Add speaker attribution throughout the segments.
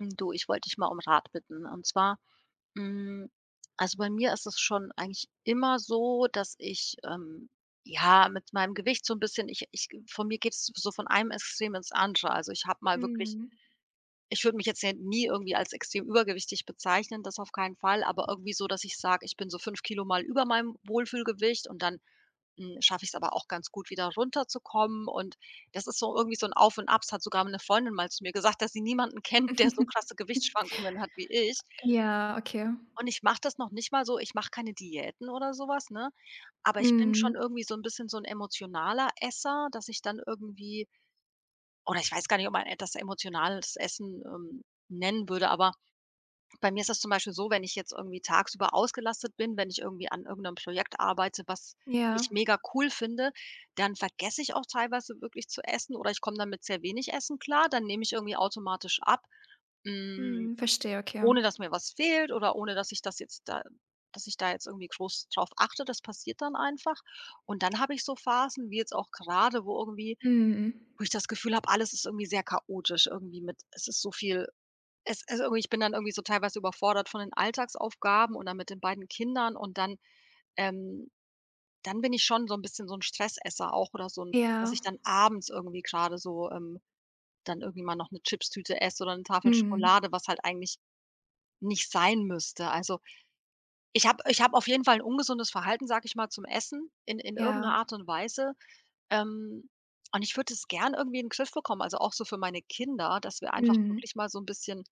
Speaker 1: Du, ich wollte dich mal um Rat bitten. Und zwar, hm, also bei mir ist es schon eigentlich immer so, dass ich, ja, mit meinem Gewicht so ein bisschen ich ich von mir geht es so von einem Extrem ins andere. Also, ich habe mal wirklich
Speaker 2: Mhm.
Speaker 1: ich würde mich jetzt ja nie irgendwie als extrem übergewichtig bezeichnen, das auf keinen Fall, aber irgendwie so, dass ich sage, ich bin so 5 Kilo mal über meinem Wohlfühlgewicht und dann, schaffe ich es aber auch ganz gut, wieder runterzukommen. Und das ist so irgendwie so ein Auf und Abs, hat sogar eine Freundin mal zu mir gesagt, dass sie niemanden kennt, der so krasse Gewichtsschwankungen hat wie ich.
Speaker 2: Ja, okay.
Speaker 1: Und ich mache das noch nicht mal so ich mache keine Diäten oder sowas, ne? Aber ich bin schon
Speaker 2: Mhm.
Speaker 1: irgendwie so ein bisschen so ein emotionaler Esser, dass ich dann irgendwie oder ich weiß gar nicht, ob man e das emotionales Essen nennen würde, aber bei mir ist das zum Beispiel so, wenn ich jetzt irgendwie tagsüber ausgelastet bin, wenn ich irgendwie an irgendeinem Projekt arbeite, was ich
Speaker 2: Ja.
Speaker 1: mega cool finde, dann vergesse ich auch teilweise wirklich zu essen oder ich komme dann mit sehr wenig Essen klar. Dann nehme ich irgendwie automatisch ab, hm,
Speaker 2: Mhm, verstehe, okay.
Speaker 1: ohne dass mir was fehlt oder ohne, dass ich das jetzt da dass ich da jetzt irgendwie groß drauf achte. Das passiert dann einfach. Und dann habe ich so Phasen, wie jetzt auch gerade, wo irgendwie
Speaker 2: Mhm.
Speaker 1: wo ich das Gefühl habe, alles ist irgendwie sehr chaotisch irgendwie mit es ist so viel es also, irgendwie ich bin dann irgendwie so teilweise überfordert von den Alltagsaufgaben und dann mit den beiden Kindern und dann ähm, dann bin ich schon so 'n bisschen so 'n Stressesser auch oder so 'n dass
Speaker 2: Ja.
Speaker 1: ich dann abends irgendwie grade so, dann irgendwie mal noch 'ne Chipstüte esse oder 'ne Tafel
Speaker 2: Mhm.
Speaker 1: Schokolade, was halt eigentlich nicht sein müsste. Also, ich habe auf jeden Fall 'n ungesundes Verhalten, sage ich mal, zum Essen in irgend 'ner
Speaker 2: Ja.
Speaker 1: Art und Weise. Ähm, und ich würde es gern irgendwie in Griff bekommen, also auch so für meine Kinder, dass wir einfach
Speaker 2: Mhm.
Speaker 1: wirklich mal so 'n bisschen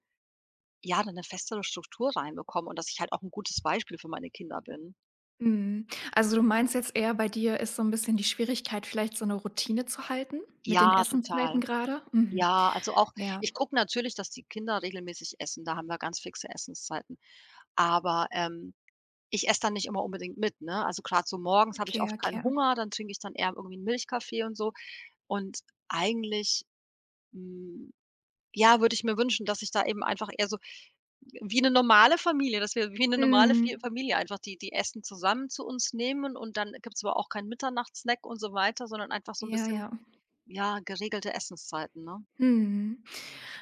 Speaker 1: ja, dann eine festere Struktur reinbekomme und dass ich halt auch 'n gutes Beispiel für meine Kinder bin.
Speaker 2: Mhm. Also, du meinst jetzt eher, bei dir ist so ein bisschen die Schwierigkeit, vielleicht so eine Routine zu halten mit den
Speaker 1: Ja,
Speaker 2: Essenszeiten
Speaker 1: total.
Speaker 2: gerade. Mhm.
Speaker 1: Ja, also auch
Speaker 2: Ja,
Speaker 1: ich gucke natürlich, dass die Kinder regelmäßig essen, da haben wir ganz fixe Essenszeiten. Aber, ich esse dann nicht immer unbedingt mit, ne? Also grad so morgens habe ich
Speaker 2: okay,
Speaker 1: oft keinen
Speaker 2: okay.
Speaker 1: Hunger, dann trinke ich dann eher irgendwie 'n Milchkaffee und so. Und eigentlich, hm, ja, würde ich mir wünschen, dass ich da eben einfach eher so wie 'ne normale Familie, dass wir wie 'ne normale Fi
Speaker 2: Mhm.
Speaker 1: Familie einfach die die Essen zusammen zu uns nehmen und dann gibt's aber auch keinen Mitternachtssnack und so weiter, sondern einfach so 'n
Speaker 2: Ja,
Speaker 1: bisschen,
Speaker 2: ja.
Speaker 1: ja, geregelte Essenszeiten, ne?
Speaker 2: Mhm.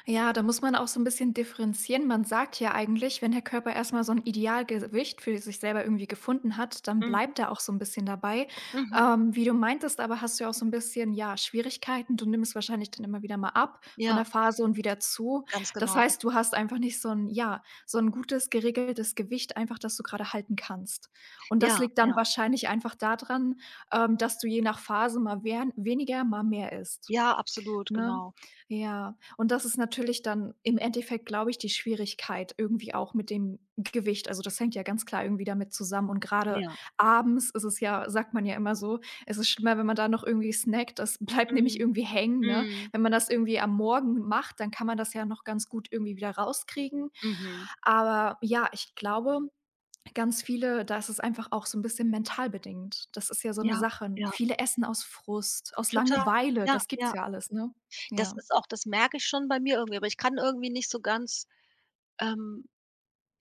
Speaker 2: Ja, da muss man auch so ein bisschen differenzieren. Man sagt ja eigentlich, wenn der Körper erst mal so ein Idealgewicht für sich selber irgendwie gefunden hat, dann
Speaker 1: Mhm,
Speaker 2: bleibt er auch so ein bisschen dabei.
Speaker 1: mhm.
Speaker 2: Wie du meintest aber, hast du ja auch so ein bisschen, ja, Schwierigkeiten. Du nimmst wahrscheinlich dann immer wieder mal ab von
Speaker 1: Ja,
Speaker 2: der Phase und wieder zu.
Speaker 1: ganz
Speaker 2: Das
Speaker 1: genau.
Speaker 2: heißt, du hast einfach nicht so ein ja, so ein gutes geregeltes Gewicht einfach, das du gerade halten kannst. Und das
Speaker 1: Ja,
Speaker 2: liegt dann
Speaker 1: ja.
Speaker 2: wahrscheinlich einfach daran, dass du je nach Phase mal wer weniger, mal mehr isst.
Speaker 1: Ja, absolut,
Speaker 2: Ne?
Speaker 1: genau.
Speaker 2: Ja, und das ist natürlich dann im Endeffekt, glaube ich, die Schwierigkeit irgendwie auch mit dem Gewicht. Also, das hängt ja ganz klar irgendwie damit zusammen und gerade
Speaker 1: Ja.
Speaker 2: abends ist es ja sagt man ja immer so, es ist schlimmer, wenn man da noch irgendwie snackt, das bleibt nämlich
Speaker 1: Mhm,
Speaker 2: irgendwie hängen, ne?
Speaker 1: mhm,
Speaker 2: Wenn man das irgendwie am Morgen macht, dann kann man das ja noch ganz gut irgendwie wieder rauskriegen.
Speaker 1: mhm.
Speaker 2: Aber ja, ich glaube, ganz viele da ist es einfach auch so ein bisschen mental bedingt. Das ist ja so eine
Speaker 1: Ja,
Speaker 2: Sache.
Speaker 1: ja,
Speaker 2: Viele essen aus Frust, aus
Speaker 1: total.
Speaker 2: Langeweile,
Speaker 1: Ja,
Speaker 2: das
Speaker 1: ja.
Speaker 2: gibt's ja alles, ne?
Speaker 1: Das
Speaker 2: Ja.
Speaker 1: ist auch das merke ich schon bei mir irgendwie, aber ich kann irgendwie nicht so ganz, ähm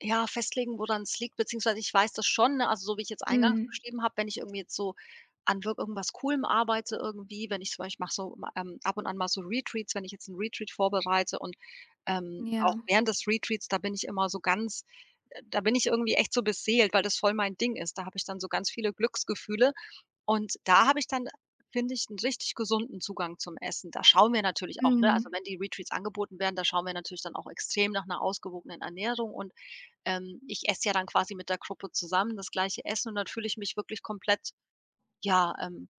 Speaker 1: ja, festlegen, woran es liegt, beziehungsweise ich weiß das schon, ne? Also, so wie ich jetzt eingangs
Speaker 2: Mhm.
Speaker 1: beschrieben habe, wenn ich irgendwie jetzt so an wirk irgendwas Coolem arbeite irgendwie, wenn ich zum Beispiel ich mache so, ab und an mal so Retreats, wenn ich jetzt 'n Retreat vorbereite und auch
Speaker 2: Ja.
Speaker 1: während des Retreats, da bin ich immer so ganz da bin ich irgendwie echt so beseelt, weil das voll mein Ding ist. Da habe ich dann so ganz viele Glücksgefühle und da habe ich dann, finde ich, einen richtig gesunden Zugang zum Essen. Da schauen wir natürlich auch, ne also,
Speaker 2: Mhm.
Speaker 1: wenn die Retreats angeboten werden, da schauen wir natürlich dann auch extrem nach einer ausgewogenen Ernährung und, ich esse ja dann quasi mit der Gruppe zusammen das gleiche Essen und dann fühle ich mich wirklich komplett, ja, ähm,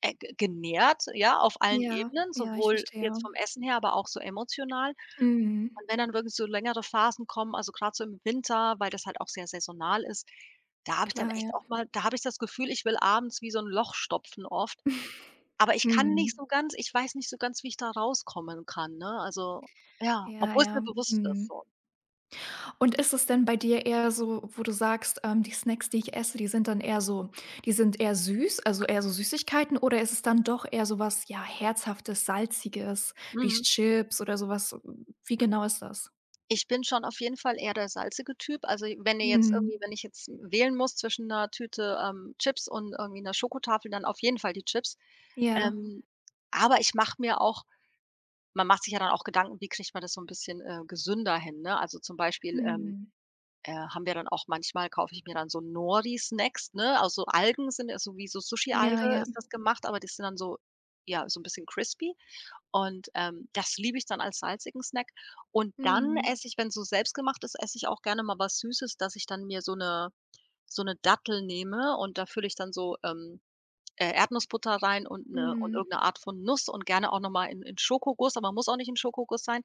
Speaker 1: äh, ge genährt, ja, auf allen
Speaker 2: Ja.
Speaker 1: Ebenen,
Speaker 2: Ja, ich
Speaker 1: sowohl jetzt
Speaker 2: verstehe.
Speaker 1: vom Essen her, aber auch so emotional.
Speaker 2: Mhm.
Speaker 1: Und wenn dann wirklich so längere Phasen kommen, also, gerade so im Winter, weil das halt auch sehr saisonal ist, da habe ich dann
Speaker 2: Klar, ja.
Speaker 1: echt auch mal da habe ich das Gefühl, ich will abends wie so ein Loch stopfen oft, aber ich kann Mhm. nicht
Speaker 2: Mhm.
Speaker 1: so ganz ich weiß nicht so ganz, wie ich da rauskommen kann, ne? Also, ja,
Speaker 2: Ja,
Speaker 1: obwohl's
Speaker 2: ja.
Speaker 1: mir bewusst ist
Speaker 2: Mhm.
Speaker 1: so.
Speaker 2: Und ist es denn bei dir eher so, wo du sagst, die Snacks, die ich esse, die sind dann eher so die sind eher süß, also eher so Süßigkeiten oder ist es dann doch eher sowas, ja, Herzhaftes, Salziges, wie
Speaker 1: Mhm.
Speaker 2: Chips oder sowas? Wie genau ist das?
Speaker 1: Ich bin schon auf jeden Fall eher der salzige Typ. Also, wenn ihr jetzt irgendwie
Speaker 2: Mhm.
Speaker 1: wenn ich jetzt wählen muss zwischen 'ner Tüte Chips und irgendwie 'ner Schokotafel, dann auf jeden Fall die Chips. Mhm.
Speaker 2: Ja.
Speaker 1: Aber ich mache mir auch man macht sich ja dann auch Gedanken, wie kriegt man das so 'n bisschen, gesünder hin, ne? Also, zum Beispiel, ähm,
Speaker 2: Mhm.
Speaker 1: äh, haben wir dann auch manchmal kaufe ich mir dann so Nori-Snacks, ne? Also, Algen sind ja so wie so
Speaker 2: Ja,
Speaker 1: Sushi-Alge Mhm.
Speaker 2: ja.
Speaker 1: ist das gemacht, aber die sind dann so ja, so ein bisschen crispy und, das liebe ich dann als salzigen Snack. Und dann
Speaker 2: Mhm.
Speaker 1: esse ich, wenn so selbstgemacht ist, esse ich auch gerne mal was Süßes, dass ich dann mir so eine Dattel nehme und da fülle ich dann so Erdnussbutter rein und eine und
Speaker 2: Mhm.
Speaker 1: irgendeine Art von Nuss und gerne auch noch mal in Schokoguss, aber muss auch nicht in Schokoguss sein.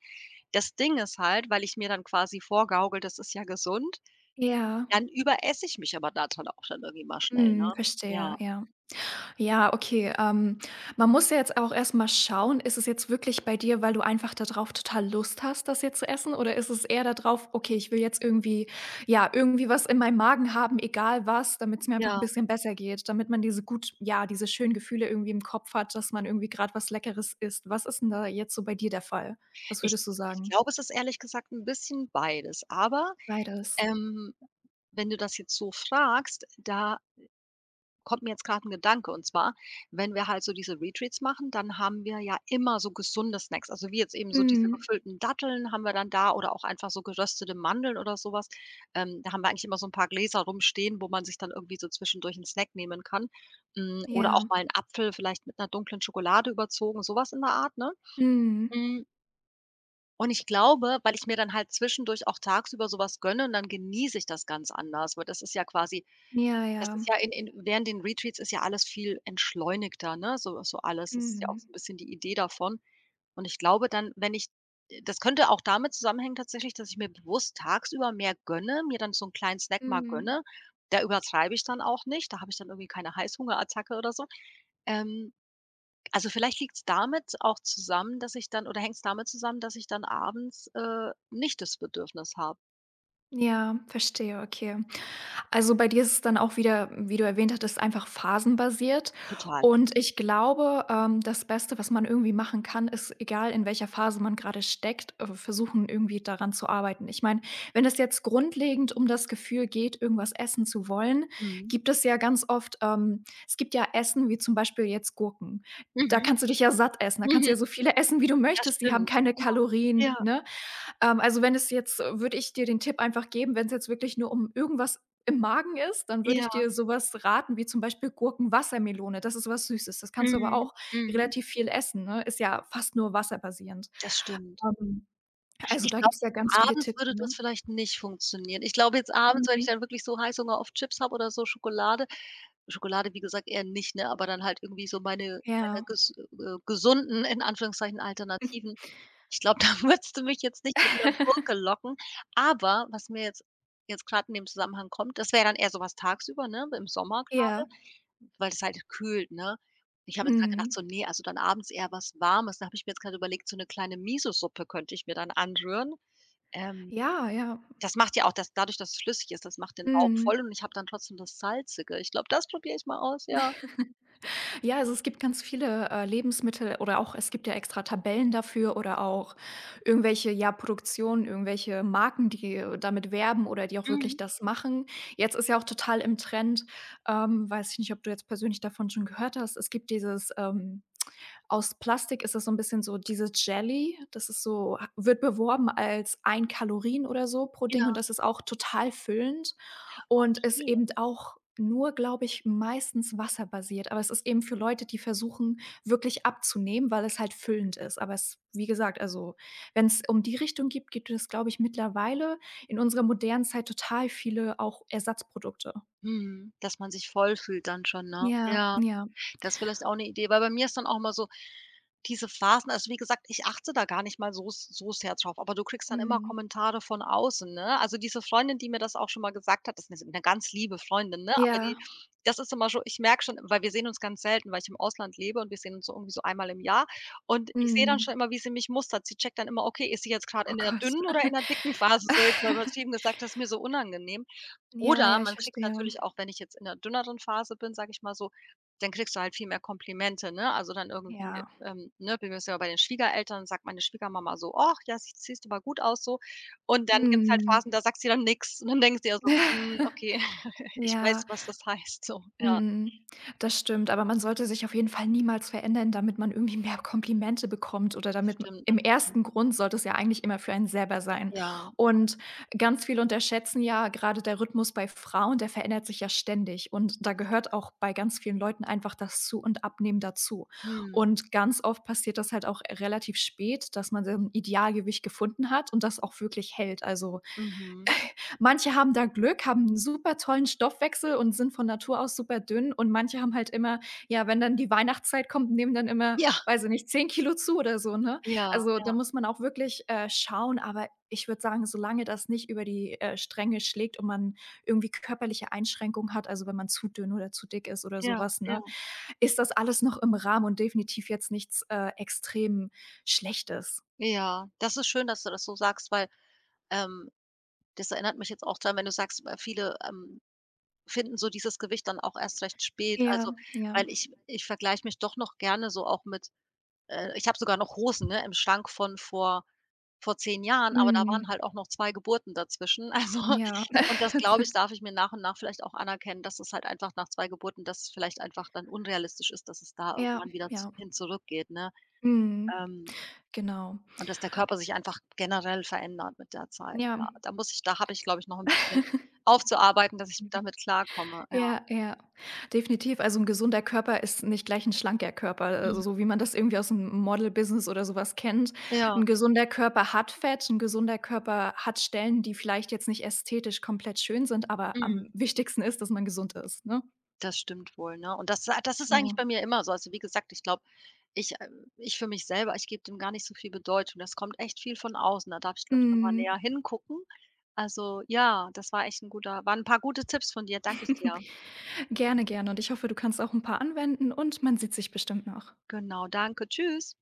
Speaker 1: Das Ding ist halt, weil ich mir dann quasi vorgaukele, das ist ja gesund,
Speaker 2: Ja.
Speaker 1: dann überesse ich mich aber da dann auch dann irgendwie mal schnell, ne?
Speaker 2: Mhm,
Speaker 1: Ja,
Speaker 2: verstehe, ja. Ja, okay, man muss ja jetzt auch erst mal schauen, ist es jetzt wirklich bei dir, weil du einfach da drauf total Lust hast, das jetzt zu essen? Oder ist es eher da drauf: „Okay, ich will jetzt irgendwie ja, irgendwie was in meinem Magen haben, egal was, damit es mir einfach
Speaker 1: ja.
Speaker 2: ein bisschen besser geht“, damit man diese gut ja, diese schönen Gefühle irgendwie im Kopf hat, dass man irgendwie gerade was Leckeres isst. Was ist denn da jetzt so bei dir der Fall? Was
Speaker 1: Ich
Speaker 2: würdest du
Speaker 1: ich
Speaker 2: sagen?
Speaker 1: glaube, es ist ehrlich gesagt 'n bisschen beides. Aber,
Speaker 2: Beides.
Speaker 1: ähm, wenn du das jetzt so fragst, da kommt mir jetzt gerade ein Gedanke, und zwar, wenn wir halt so diese Retreats machen, dann haben wir ja immer so gesunde Snacks. Also, wie jetzt eben so diese
Speaker 2: Mhm.
Speaker 1: gefüllten Datteln haben wir dann da oder auch einfach so geröstete Mandeln oder sowas. Da haben wir eigentlich immer so ein paar Gläser rumstehen, wo man sich dann irgendwie so zwischendurch 'n Snack nehmen kann. Hm, oder auch
Speaker 2: Ja.
Speaker 1: mal 'n Apfel vielleicht mit einer dunklen Schokolade überzogen, sowas in der Art, ne?
Speaker 2: Mhm.
Speaker 1: Hm, und ich glaube, weil ich mir dann halt zwischendurch auch tagsüber sowas was gönne, dann genieße ich das ganz anders, weil das ist ja quasi
Speaker 2: Ja,
Speaker 1: das
Speaker 2: ja.
Speaker 1: ist ja in während den Retreats ist ja alles viel entschleunigter, ne? So so alles. Das ist ja auch
Speaker 2: Mhm.
Speaker 1: so 'n bisschen die Idee davon. Und ich glaube dann, wenn ich das könnte auch damit zusammenhängen tatsächlich, dass ich mir bewusst tagsüber mehr gönne, mir dann so einen kleinen Snack mal
Speaker 2: Mhm.
Speaker 1: gönne. Da übertreibe ich dann auch nicht, da habe ich dann irgendwie keine Heißhungerattacke oder so. Ähm, also vielleicht liegt's damit auch zusammen, dass ich dann oder hängt's damit zusammen, dass ich dann abends, nicht das Bedürfnis habe.
Speaker 2: Ja, verstehe, okay. Also, bei dir ist es dann auch wieder, wie du erwähnt hattest, einfach phasenbasiert
Speaker 1: Total.
Speaker 2: und ich glaube, das Beste, was man irgendwie machen kann, ist, egal in welcher Phase man gerade steckt, versuchen, irgendwie daran zu arbeiten. Ich meine, wenn es jetzt grundlegend um das Gefühl geht, irgendwas essen zu wollen,
Speaker 1: Mhm.
Speaker 2: gibt es ja ganz oft es gibt ja Essen wie zum Beispiel jetzt Gurken. Da
Speaker 1: Mhm.
Speaker 2: kannst du dich ja satt essen, da kannst du
Speaker 1: Mhm.
Speaker 2: ja so viele essen, wie du
Speaker 1: Das
Speaker 2: möchtest, die haben
Speaker 1: stimmt.
Speaker 2: keine
Speaker 1: Ja.
Speaker 2: Kalorien,
Speaker 1: Ja.
Speaker 2: ne? Also, wenn es jetzt würde ich dir den Tipp einfach geben, wenn es jetzt wirklich nur um irgendwas im Magen ist, dann würde
Speaker 1: Ja,
Speaker 2: ich dir sowas raten wie zum Beispiel Gurken-Wassermelone. Das ist so was Süßes. Das kannst du aber
Speaker 1: mhm,
Speaker 2: auch
Speaker 1: mhm,
Speaker 2: relativ viel essen, ne? Ist ja fast nur wasserbasierend.
Speaker 1: das stimmt.
Speaker 2: Ähm, also,
Speaker 1: Ich
Speaker 2: da
Speaker 1: glaube,
Speaker 2: gibt's ja
Speaker 1: so
Speaker 2: ganz viele
Speaker 1: abends
Speaker 2: Tipps,
Speaker 1: würde das
Speaker 2: ne?
Speaker 1: vielleicht nicht funktionieren. Ich glaube jetzt abends, wenn ich
Speaker 2: Mhm.
Speaker 1: dann wirklich so Heißhunger auf Chips habe oder so Schokolade Schokolade, wie gesagt, eher nicht, ne, aber dann halt irgendwie so meine
Speaker 2: Ja.
Speaker 1: ges gesunden, in Anführungszeichen, Alternativen. Ich glaube, da würdest du mich jetzt nicht mit 'ner Gurke locken, aber was mir jetzt jetzt grad in dem Zusammenhang kommt, das wäre dann eher so was tagsüber, ne, im Sommer
Speaker 2: Ja.
Speaker 1: grade. Weil es halt kühlt, ne? Ich habe jetzt grad gedacht
Speaker 2: Mhm.
Speaker 1: so: „Ne, also dann abends eher was Warmes.“ Da habe ich mir jetzt grad überlegt, so 'ne kleine Miso-Suppe könnte ich mir dann anrühren. Ähm,
Speaker 2: Ja, ja.
Speaker 1: Das macht ja auch das dadurch, dass es flüssig ist, das macht den Bauch voll
Speaker 2: Mhm.
Speaker 1: und ich habe dann trotzdem das Salzige. Ich glaube, das probiere ich mal aus, ja.
Speaker 2: Ja, also es gibt ganz viele, Lebensmittel oder auch es gibt ja extra Tabellen dafür oder auch irgendwelche, ja, Produktionen, irgendwelche Marken, die, damit werben oder die auch wirklich
Speaker 1: Mhm.
Speaker 2: das machen. Jetzt ist ja auch total im Trend, weiß ich nicht, ob du jetzt persönlich davon schon gehört hast, es gibt dieses, aus Plastik ist das so ein bisschen so dieses Jelly, das ist so wird beworben als ein Kalorien oder so pro Ding
Speaker 1: Ja.
Speaker 2: und das ist auch total füllend. Und ist
Speaker 1: Okay.
Speaker 2: eben auch nur, glaube ich, meistens wasserbasiert, aber es ist eben für Leute, die versuchen, wirklich abzunehmen, weil es halt füllend ist. Aber es wie gesagt, also, wenn es um die Richtung gibt, gibt es, glaube ich, mittlerweile in unserer modernen Zeit total viele auch Ersatzprodukte.
Speaker 1: Mhm. Dass man sich voll fühlt dann schon, ne?
Speaker 2: Ja,
Speaker 1: Ja.
Speaker 2: ja.
Speaker 1: Das ist vielleicht auch eine Idee, weil bei mir ist dann auch immer so diese Phasen also, wie gesagt, ich achte da gar nicht mal so s so sehr drauf, aber du kriegst dann immer
Speaker 2: Mhm.
Speaker 1: Kommentare von außen, ne? Also, diese Freundin, die mir das auch schon mal gesagt hat das ist eine 'ne ganz liebe Freundin, ne, aber die
Speaker 2: Ja.
Speaker 1: das ist immer so ich merke schon weil wir sehen uns ganz selten, weil ich im Ausland lebe und wir sehen uns so irgendwie so einmal im Jahr und ich sehe dann schon
Speaker 2: Mhm.
Speaker 1: immer, wie sie mich mustert. Sie checkt dann immer: „Okay, ist sie jetzt gerade
Speaker 2: Oh
Speaker 1: in der
Speaker 2: Gott.
Speaker 1: dünnen oder in der dicken Phase?“ So jetzt mal übertrieben gesagt, das ist mir so unangenehm.
Speaker 2: Ja,
Speaker 1: Oder
Speaker 2: ja, ich
Speaker 1: man kriegt
Speaker 2: verstehe.
Speaker 1: natürlich auch, wenn ich jetzt in 'ner dünneren Phase bin, sage ich mal so, dann kriegst du halt viel mehr Komplimente, ne? Also, dann irgendwie,
Speaker 2: Ja.
Speaker 1: ähm, ne, bin jetzt ja bei den Schwiegereltern, sagt meine Schwiegermama so: „Och, ja, sie siehst aber gut aus so.“ Und dann gibt's halt
Speaker 2: Mhm.
Speaker 1: Phasen, da sagt sie dann nix. Und dann denkst du dir so: „Hm, okay, ich weiß,
Speaker 2: Ja.
Speaker 1: was das heißt“, so. Ja,
Speaker 2: Mhm. Das stimmt, aber man sollte sich auf jeden Fall niemals verändern, damit man irgendwie mehr Komplimente bekommt oder
Speaker 1: das
Speaker 2: damit m
Speaker 1: stimmt
Speaker 2: im
Speaker 1: natürlich.
Speaker 2: ersten Grund sollte es ja eigentlich immer für einen selber sein.
Speaker 1: Ja,
Speaker 2: Und ganz viele unterschätzen ja gerade der Rhythmus bei Frauen, der verändert sich ja ständig und da
Speaker 1: das
Speaker 2: gehört
Speaker 1: stimmt.
Speaker 2: auch bei ganz vielen Leuten einfach das Zu und Abnehmen dazu.
Speaker 1: Mhm,
Speaker 2: Und ganz oft passiert das halt auch relativ spät, dass man sein Idealgewicht gefunden hat und das auch wirklich hält. Also
Speaker 1: mhm.
Speaker 2: Manche haben da Glück, haben 'n super tollen Stoffwechsel und sind von Natur aus super dünn und manche haben halt immer ja, wenn dann die Weihnachtszeit kommt, nehmen dann immer,
Speaker 1: Ja,
Speaker 2: weiß ich nicht, 10 Kilo zu oder so, ne?
Speaker 1: ja,
Speaker 2: Also,
Speaker 1: ja,
Speaker 2: da muss man auch wirklich, schauen, aber ich würde sagen, solange das nicht über die, Stränge schlägt und man irgendwie körperliche Einschränkungen hat, also, wenn man zu dünn oder zu dick ist oder so
Speaker 1: ja,
Speaker 2: was,
Speaker 1: ja.
Speaker 2: ne, ist das alles noch im Rahmen und definitiv jetzt nichts, extrem Schlechtes.
Speaker 1: Ja, das ist schön, dass du das so sagst, weil, ähm, das erinnert mich jetzt auch daran, wenn du sagst, viele, finden so dieses Gewicht dann auch erst recht spät. Also,
Speaker 2: Ja, ja.
Speaker 1: weil ich ich vergleiche mich doch noch gerne so auch mit ich habe sogar noch Hosen, ne, im Schrank von vor 10 Jahren, aber da
Speaker 2: Mhm.
Speaker 1: waren halt auch noch 2 Geburten dazwischen. Also,
Speaker 2: Ja.
Speaker 1: und das, glaube ich, darf ich mir nach und nach vielleicht auch anerkennen, dass es halt einfach nach 2 Geburten dass vielleicht einfach dann unrealistisch ist, dass es da
Speaker 2: Ja,
Speaker 1: irgendwann wieder z
Speaker 2: ja.
Speaker 1: hin zurückgeht, ne?
Speaker 2: Mhm.
Speaker 1: Ähm,
Speaker 2: Genau.
Speaker 1: und dass der Körper sich einfach generell verändert mit der Zeit.
Speaker 2: Ja.
Speaker 1: Ja, da muss ich da habe ich, glaube ich, noch 'n bisschen aufzuarbeiten, dass ich
Speaker 2: Mhm.
Speaker 1: damit klarkomme, ja.
Speaker 2: Ja, ja, definitiv. Also, ein gesunder Körper ist nicht gleich ein schlanker Körper, also,
Speaker 1: Mhm.
Speaker 2: so wie man das irgendwie aus'm Model-Business oder sowas kennt.
Speaker 1: Ja.
Speaker 2: Ein gesunder Körper hat Fett, ein gesunder Körper hat Stellen, die vielleicht jetzt nicht ästhetisch komplett schön sind, aber am
Speaker 1: Mhm,
Speaker 2: wichtigsten ist, dass man gesund ist, ne?
Speaker 1: das stimmt wohl, ne? Und das das ist eigentlich
Speaker 2: Ja.
Speaker 1: bei mir immer so. Also, wie gesagt, ich glaube, ich ich für mich selber, ich gebe dem gar nicht so viel Bedeutung. Das kommt echt viel von außen. Da darf ich, glaube ich, noch mal
Speaker 2: Mhm.
Speaker 1: näher hingucken. Also, ja, das war echt ein guter waren ein paar gute Tipps von dir. Danke ich dir.
Speaker 2: Gerne, gerne und ich hoffe, du kannst auch ein paar anwenden und man sieht sich bestimmt noch.
Speaker 1: Genau, danke. Tschüss.